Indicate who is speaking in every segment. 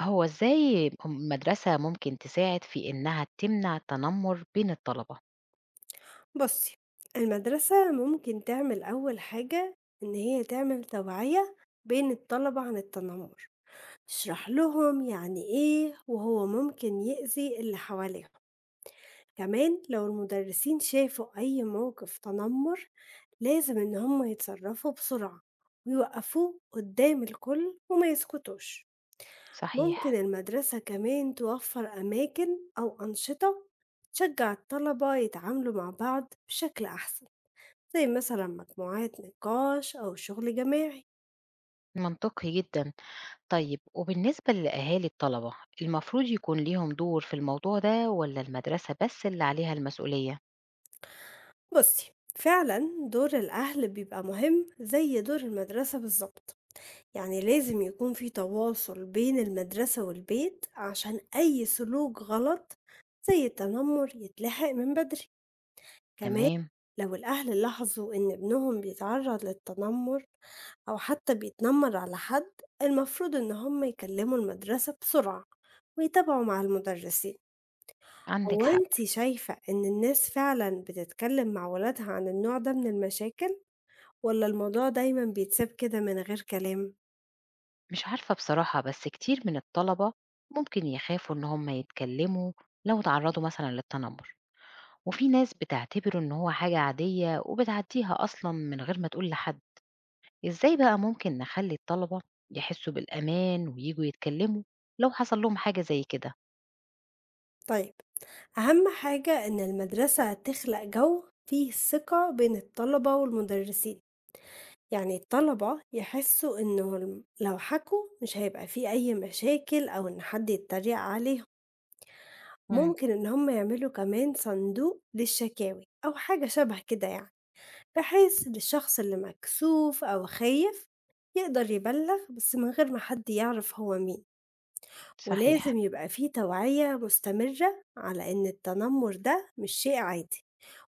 Speaker 1: هو إزاي هم المدرسة ممكن تساعد في إنها تمنع التنمر بين الطلبة؟
Speaker 2: بُصّي، المدرسة ممكن تعمل أول حاجة إن هي تعمل توعية بين الطلبة عن التنمر، تشرح لهم يعني إيه وهو ممكن يأذي اللي حواليهم، كمان لو المدرسين شافوا أي موقف تنمر لازم إن هم يتصرفوا بسرعة ويوقفوه قدّام الكل وما يسكتوش.
Speaker 1: صحيح،
Speaker 2: ممكن المدرسة كمان توفر أماكن أو أنشطة تشجع الطلبة يتعاملوا مع بعض بشكل أحسن، زي مثلا مجموعات نقاش أو شغل جماعي.
Speaker 1: منطقي جدًا. طيب وبالنسبة لأهالي الطلبة، المفروض يكون ليهم دور في الموضوع ده والّا المدرسة بس اللي عليها المسؤولية؟
Speaker 2: بصي فعلا دور الأهل بيبقى مهم زي دور المدرسة بالظبط، يعني لازم يكون في تواصل بين المدرسة والبيت عشان أي سلوك غلط زي التنمر يتلحق من بدري. كمان
Speaker 1: تمام،
Speaker 2: لو الأهل لاحظوا إن ابنهم بيتعرض للتنمر أو حتى بيتنمر على حد المفروض إن هم يكلموا المدرسة بسرعة ويتابعوا مع المدرسين.
Speaker 1: عندِك
Speaker 2: هو
Speaker 1: حق.
Speaker 2: أنتِ شايفة إن الناس فعلًا بتتكلم مع ولادها عن النوع ده من المشاكل، والّا الموضوع دايمًا بيتساب كده من غير كلام؟
Speaker 1: مش عارفة بصراحة، بس كتير من الطلبة ممكن يخافوا إن هم يتكلموا لو اتعرضوا مثلًا للتنمر، وفي ناس بتعتبره إن هو حاجة عادية وبتعديها أصلًا من غير ما تقول لحد. إزاي بقى ممكن نخلّي الطلبة يحسّوا بالأمان وييجوا يتكلّموا لو حصل لهم حاجة زي كده؟
Speaker 2: طيب، أهم حاجة إن المدرسة تخلق جو فيه ثقة بين الطلبة والمدرسين، يعني الطلبة يحسوا إنه الم لو حكوا مش هيبقى في أي مشاكل أو إن حد يتريق عليهم،
Speaker 1: إمم،
Speaker 2: ممكن إن هُم يعملوا كمان صندوق للشكاوي أو حاجة شبه كده يعني، بحيث للشخص اللي مكسوف أو خايف يقدر يبلغ بس من غير ما حد يعرف هو مين.
Speaker 1: صحيح،
Speaker 2: ولازم يبقى فيه توعية مستمرة على إن التنمر ده مش شيء عادي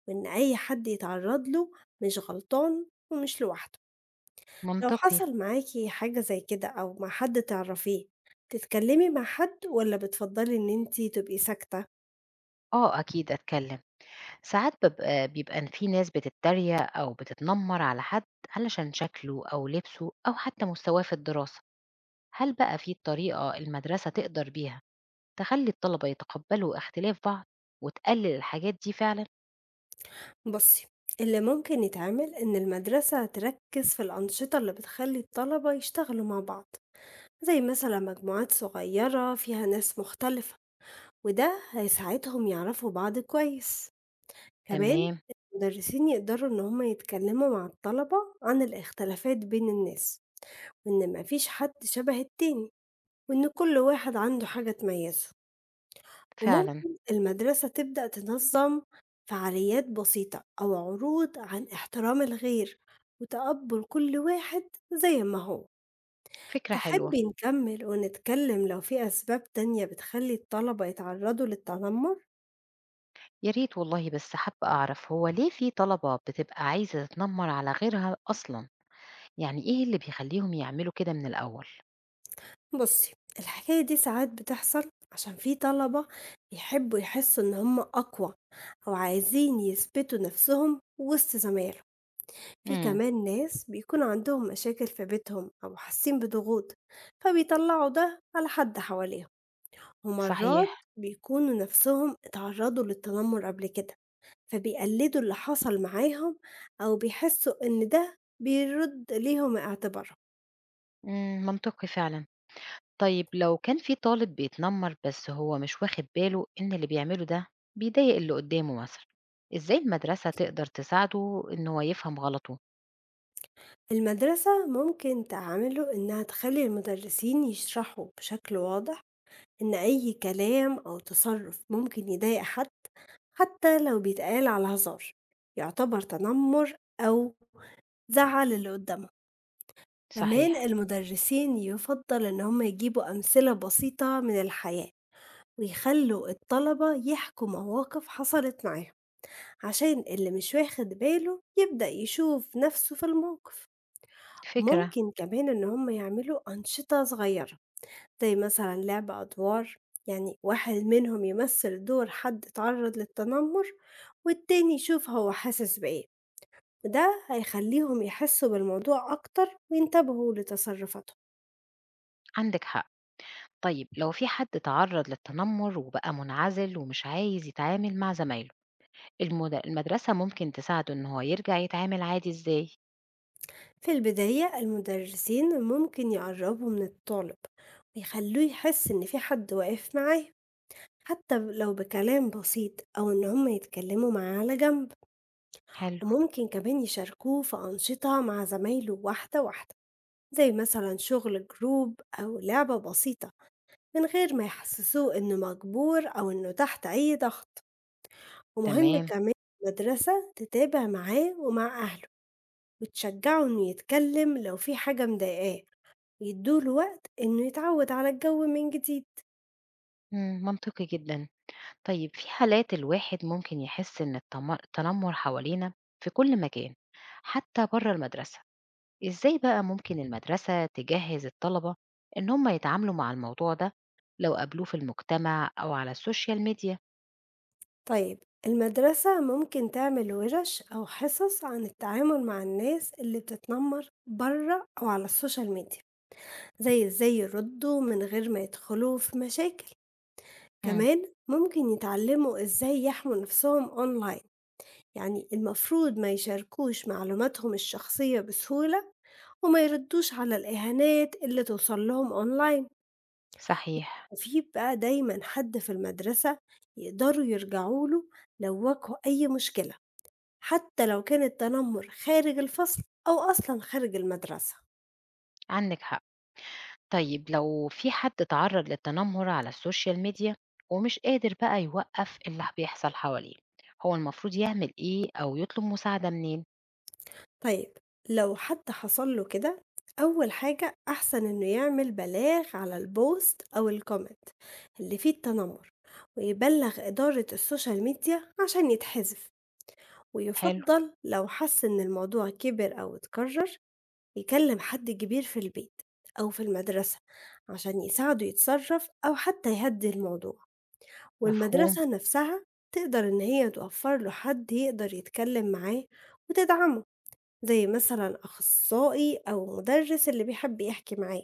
Speaker 2: وإن أي حد يتعرض له مش غلطان ومش لوحده. لو
Speaker 1: منطقي.
Speaker 2: حصل معاكي حاجة زي كده أو مع حد تعرفيه تتكلمي مع حد ولا بتفضلي إن انتي تبقي ساكتة؟
Speaker 1: آه أكيد أتكلّم، ساعات بابقى بيبقى في ناس بتتّريق أو بتتنمّر على حد علشان شكله أو لبسه أو حتى مستواه في الدراسة، هل بقى في طريقة المدرسة تقدر بيها تخلّي الطلبة يتقبّلوا اختلاف بعض وتقلّل الحاجات دي فعلًا؟
Speaker 2: بصي، اللي ممكن يتعمل إن المدرسة تركز في الأنشطة اللي بتخلي الطلبة يشتغلوا مع بعض، زي مثلا مجموعات صغيرة فيها ناس مختلفة، وده هيساعدهم يعرفوا بعض كويس. كمان
Speaker 1: تمام،
Speaker 2: المدرسين يقدروا إن هما يتكلموا مع الطلبة عن الاختلافات بين الناس وإن مفيش حد شبه التاني وإن كل واحد عنده حاجة تميزه.
Speaker 1: فعلًا،
Speaker 2: وممكن المدرسة تبدأ تنظم فعاليات بسيطة أو عروض عن احترام الغير وتقبل كل واحد زي ما هو.
Speaker 1: فكرة حلوة.
Speaker 2: تحبي نكمل ونتكلم لو في أسباب تانية بتخلي الطلبة يتعرضوا للتنمر؟
Speaker 1: يا ريت والله، بس حابة أعرف هو ليه في طلبة بتبقى عايزة تتنمر على غيرها أصلا؟ يعني إيه اللي بيخليهم يعملوا كده من الأول؟
Speaker 2: بُصّي، الحكاية دي ساعات بتحصل عشان في طلبة بيحبوا يحسوا إن هم أقوى أو عايزين يثبتوا نفسهم وسط زمايلهم. في
Speaker 1: امم،
Speaker 2: كمان ناس بيكون عندهم مشاكل في بيتهم أو حاسين بضغوط، فبيطلّعوا ده على حد حواليهم،
Speaker 1: صحيح.
Speaker 2: ومرّات بيكونوا نفسهم اتعرضوا للتنمر قبل كده، فبيقلّدوا اللي حصل معاهم أو بيحسّوا إن ده بيرُد ليهم اعتبارهم.
Speaker 1: امم، منطقي فعلا. طيب لو كان في طالب بيتنمر بس هو مش واخد باله إن اللي بيعمله ده بيضايق اللي قدامه مثلا، إزاي المدرسة تقدر تساعده إن هو يفهم غلطه؟
Speaker 2: المدرسة ممكن تعامله إنها تخلّي المدرسين يشرحوا بشكل واضح إن أي كلام أو تصرُّف ممكن يضايق حد، حتى لو بيتقال على هزار، يعتبر تنمُّر أو زعّل اللي قُدّامهم. كمان
Speaker 1: صحيح.
Speaker 2: المدرسين يُفضّل إن هم يجيبوا أمثلة بسيطة من الحياة ويخلّوا الطلبة يحكوا مواقف حصلت معاهم، عشان اللي مش واخد باله يبدأ يشوف نفسه في الموقف.
Speaker 1: فكرة.
Speaker 2: ممكن كمان إن هم يعملوا أنشطة صغيرة زي مثلا لعب أدوار، يعني واحد منهم يمثل دور حد اتعرض للتنمر والتاني يشوف هو حاسس بإيه، وده هيخليهم يحسوا بالموضوع أكتر وينتبهوا لتصرفاتهم.
Speaker 1: عندك حق. طيب لو في حد تعرض للتنمر وبقى منعزل ومش عايز يتعامل مع زمايله، المدرسة ممكن تساعده إن هو يرجع يتعامل عادي إزاي؟
Speaker 2: في البداية المدرسين ممكن يقربوا من الطالب ويخلوه يحس إن في حد واقف معاه، حتى لو بكلام بسيط، أو إن هم يتكلموا معاه على جنب.
Speaker 1: حلو.
Speaker 2: وممكن كمان يشاركوه في أنشطة مع زمايله واحدة واحدة، زي مثلا شغل جروب أو لعبة بسيطة، من غير ما يحسسوه إنه مجبور أو إنه تحت أي ضغط. ومهم
Speaker 1: تمام،
Speaker 2: كمان المدرسة تتابع معاه ومع أهله وتشجعه إنه يتكلم لو في حاجة مضايقاه ويدوله وقت إنه يتعود على الجو من جديد.
Speaker 1: إمم، منطقي جدًا. طيب في حالات الواحد ممكن يحس إن التنمر حوالينا في كل مكان، حتى برّه المدرسة، إزاي بقى ممكن المدرسة تجهّز الطلبة إن هم يتعاملوا مع الموضوع ده لو قابلوه في المجتمع أو على السوشيال ميديا؟
Speaker 2: طيب، المدرسة ممكن تعمل ورش أو حصص عن التعامل مع الناس اللي بتتنمر بره أو على السوشيال ميديا، زي ازاي يردوا من غير ما يدخلوا في مشاكل.
Speaker 1: إمم،
Speaker 2: كمان ممكن يتعلموا ازاي يحموا نفسهم اونلاين، يعني المفروض ما يشاركوش معلوماتهم الشخصية بسهولة وما يردوش على الإهانات اللي توصل لهم أونلاين.
Speaker 1: صحيح،
Speaker 2: وفي بقى دايما حد في المدرسة يقدروا يرجعوا له لو واجهوا أي مشكلة، حتى لو كان التنمر خارج الفصل أو أصلًا خارج المدرسة.
Speaker 1: عندِك حق. طيب لو في حد اتعرض للتنمر على السوشيال ميديا ومش قادر بقى يوقف اللي بيحصل حواليه، هو المفروض يعمل ايه او يطلب مساعدة منين؟
Speaker 2: طيب، لو حد حصل له كده، أول حاجة أحسن إنه يعمل بلاغ على الpost أو الcomment اللي فيه التنمر، ويبلغ إدارة الsocial media عشان يتحذف،
Speaker 1: حلو.
Speaker 2: ويُفضّل لو حس إن الموضوع كبر أو اتكرر يكلم حد كبير في البيت أو في المدرسة عشان يساعده يتصرف أو حتى يهدّي الموضوع.
Speaker 1: مفهوم.
Speaker 2: والمدرسة نفسها تقدر إن هي توفر له حد يقدر يتكلم معاه وتدعمه، زي مثلا أخصائي أو مدرس اللي بيحب يحكي معاه.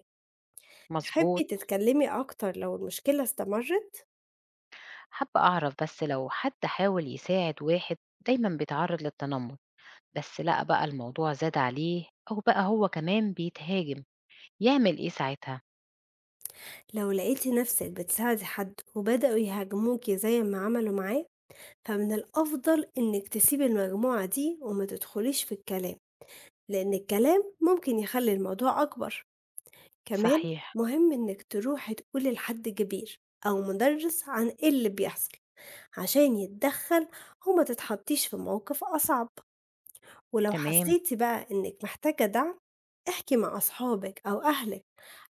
Speaker 2: تحبي
Speaker 1: مظبوط.
Speaker 2: تتكلمي أكتر لو المشكلة استمرت؟
Speaker 1: حابة اعرف بس لو حد حاول يساعد واحد دايما بيتعرض للتنمر، بس لقى بقى الموضوع زاد عليه او بقى هو كمان بيتهاجم، يعمل ايه ساعتها؟
Speaker 2: لو لقيتي نفسك بتساعدي حد وبدأوا يهاجموكي زي ما عملوا معاه، فمن الأفضل إنك تسيبي المجموعة دي وما تدخليش في الكلام، لأن الكلام ممكن يخلي الموضوع أكبر. كمان
Speaker 1: صحيح.
Speaker 2: مهم إنك تروح تقول لحد كبير أو مدرس عن إيه اللي بيحصل عشان يتدخل وما تتحطيش في موقف أصعب. ولو
Speaker 1: تمام.
Speaker 2: حسيتي بقى إنك محتاجة دعم احكي مع أصحابك أو أهلك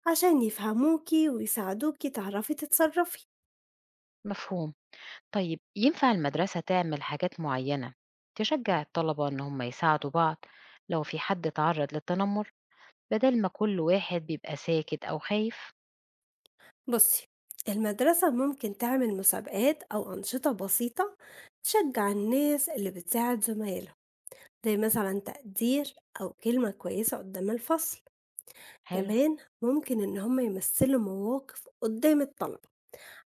Speaker 2: عشان يفهموكي ويساعدوكي تعرفي تتصرفي.
Speaker 1: مفهوم. طيب ينفع المدرسة تعمل حاجات معينة تشجع الطلبة إن هم يساعدوا بعض لو في حد اتعرض للتنمر، بدل ما كل واحد بيبقى ساكت أو خايف؟
Speaker 2: بصي، المدرسة ممكن تعمل مسابقات أو أنشطة بسيطة تشجع الناس اللي بتساعد زمايلهم، زي مثلا تقدير أو كلمة كويسة قدام الفصل.
Speaker 1: حلو.
Speaker 2: كمان ممكن إن هما يمثلوا مواقف قدام الطلبة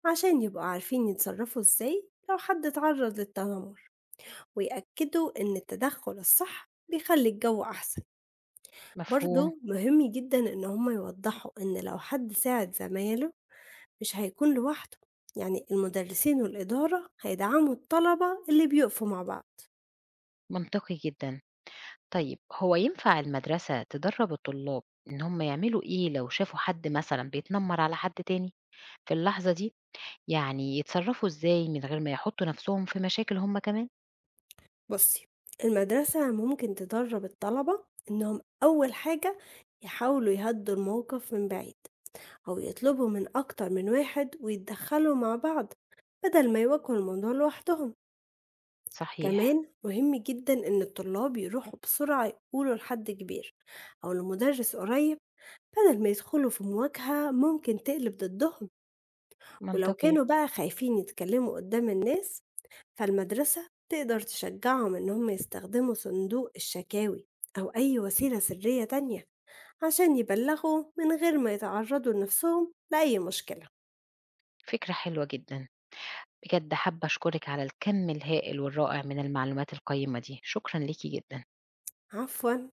Speaker 2: عشان يبقوا عارفين يتصرفوا إزاي لو حد اتعرض للتنمر، ويأكدوا إن التدخل الصح بيخلي الجو أحسن.
Speaker 1: مفهوم.
Speaker 2: برضه مهم جدا إن هما يوضحوا إن لو حد ساعد زمايله مش هيكون لوحده، يعني المدرسين والإدارة هيدعموا الطلبة اللي بيقفوا مع بعض.
Speaker 1: منطقي جدا. طيب هو ينفع المدرسة تدرب الطلاب إن هم يعملوا إيه لو شافوا حد مثلا بيتنمر على حد تاني في اللحظة دي، يعني يتصرفوا إزاي من غير ما يحطوا نفسهم في مشاكل هم كمان؟
Speaker 2: بصي، المدرسة ممكن تدرب الطلبة إنهم أول حاجة يحاولوا يهدوا الموقف من بعيد، أو يطلبوا من أكتر من واحد ويتدخلوا مع بعض بدل ما يواجهوا الموضوع لوحدهم.
Speaker 1: صحيح.
Speaker 2: كمان مهم جدا إن الطلاب يروحوا بسرعة يقولوا لحد كبير أو لمدرس قريب بدل ما يدخلوا في مواجهة ممكن تقلب ضدهم. ولو
Speaker 1: منطقي.
Speaker 2: كانوا بقى خايفين يتكلموا قدام الناس فالمدرسة تقدر تشجعهم إنهم يستخدموا صندوق الشكاوي أو أي وسيلة سرية تانية عشان يبلغوا من غير ما يتعرضوا لنفسهم لأي مشكلة.
Speaker 1: فكرة حلوة جدا. بجد حابة أشكرِك على الكم الهائل والرائع من المعلومات القيّمة دي، شكرًا ليكِ جدًا.
Speaker 2: عفواً.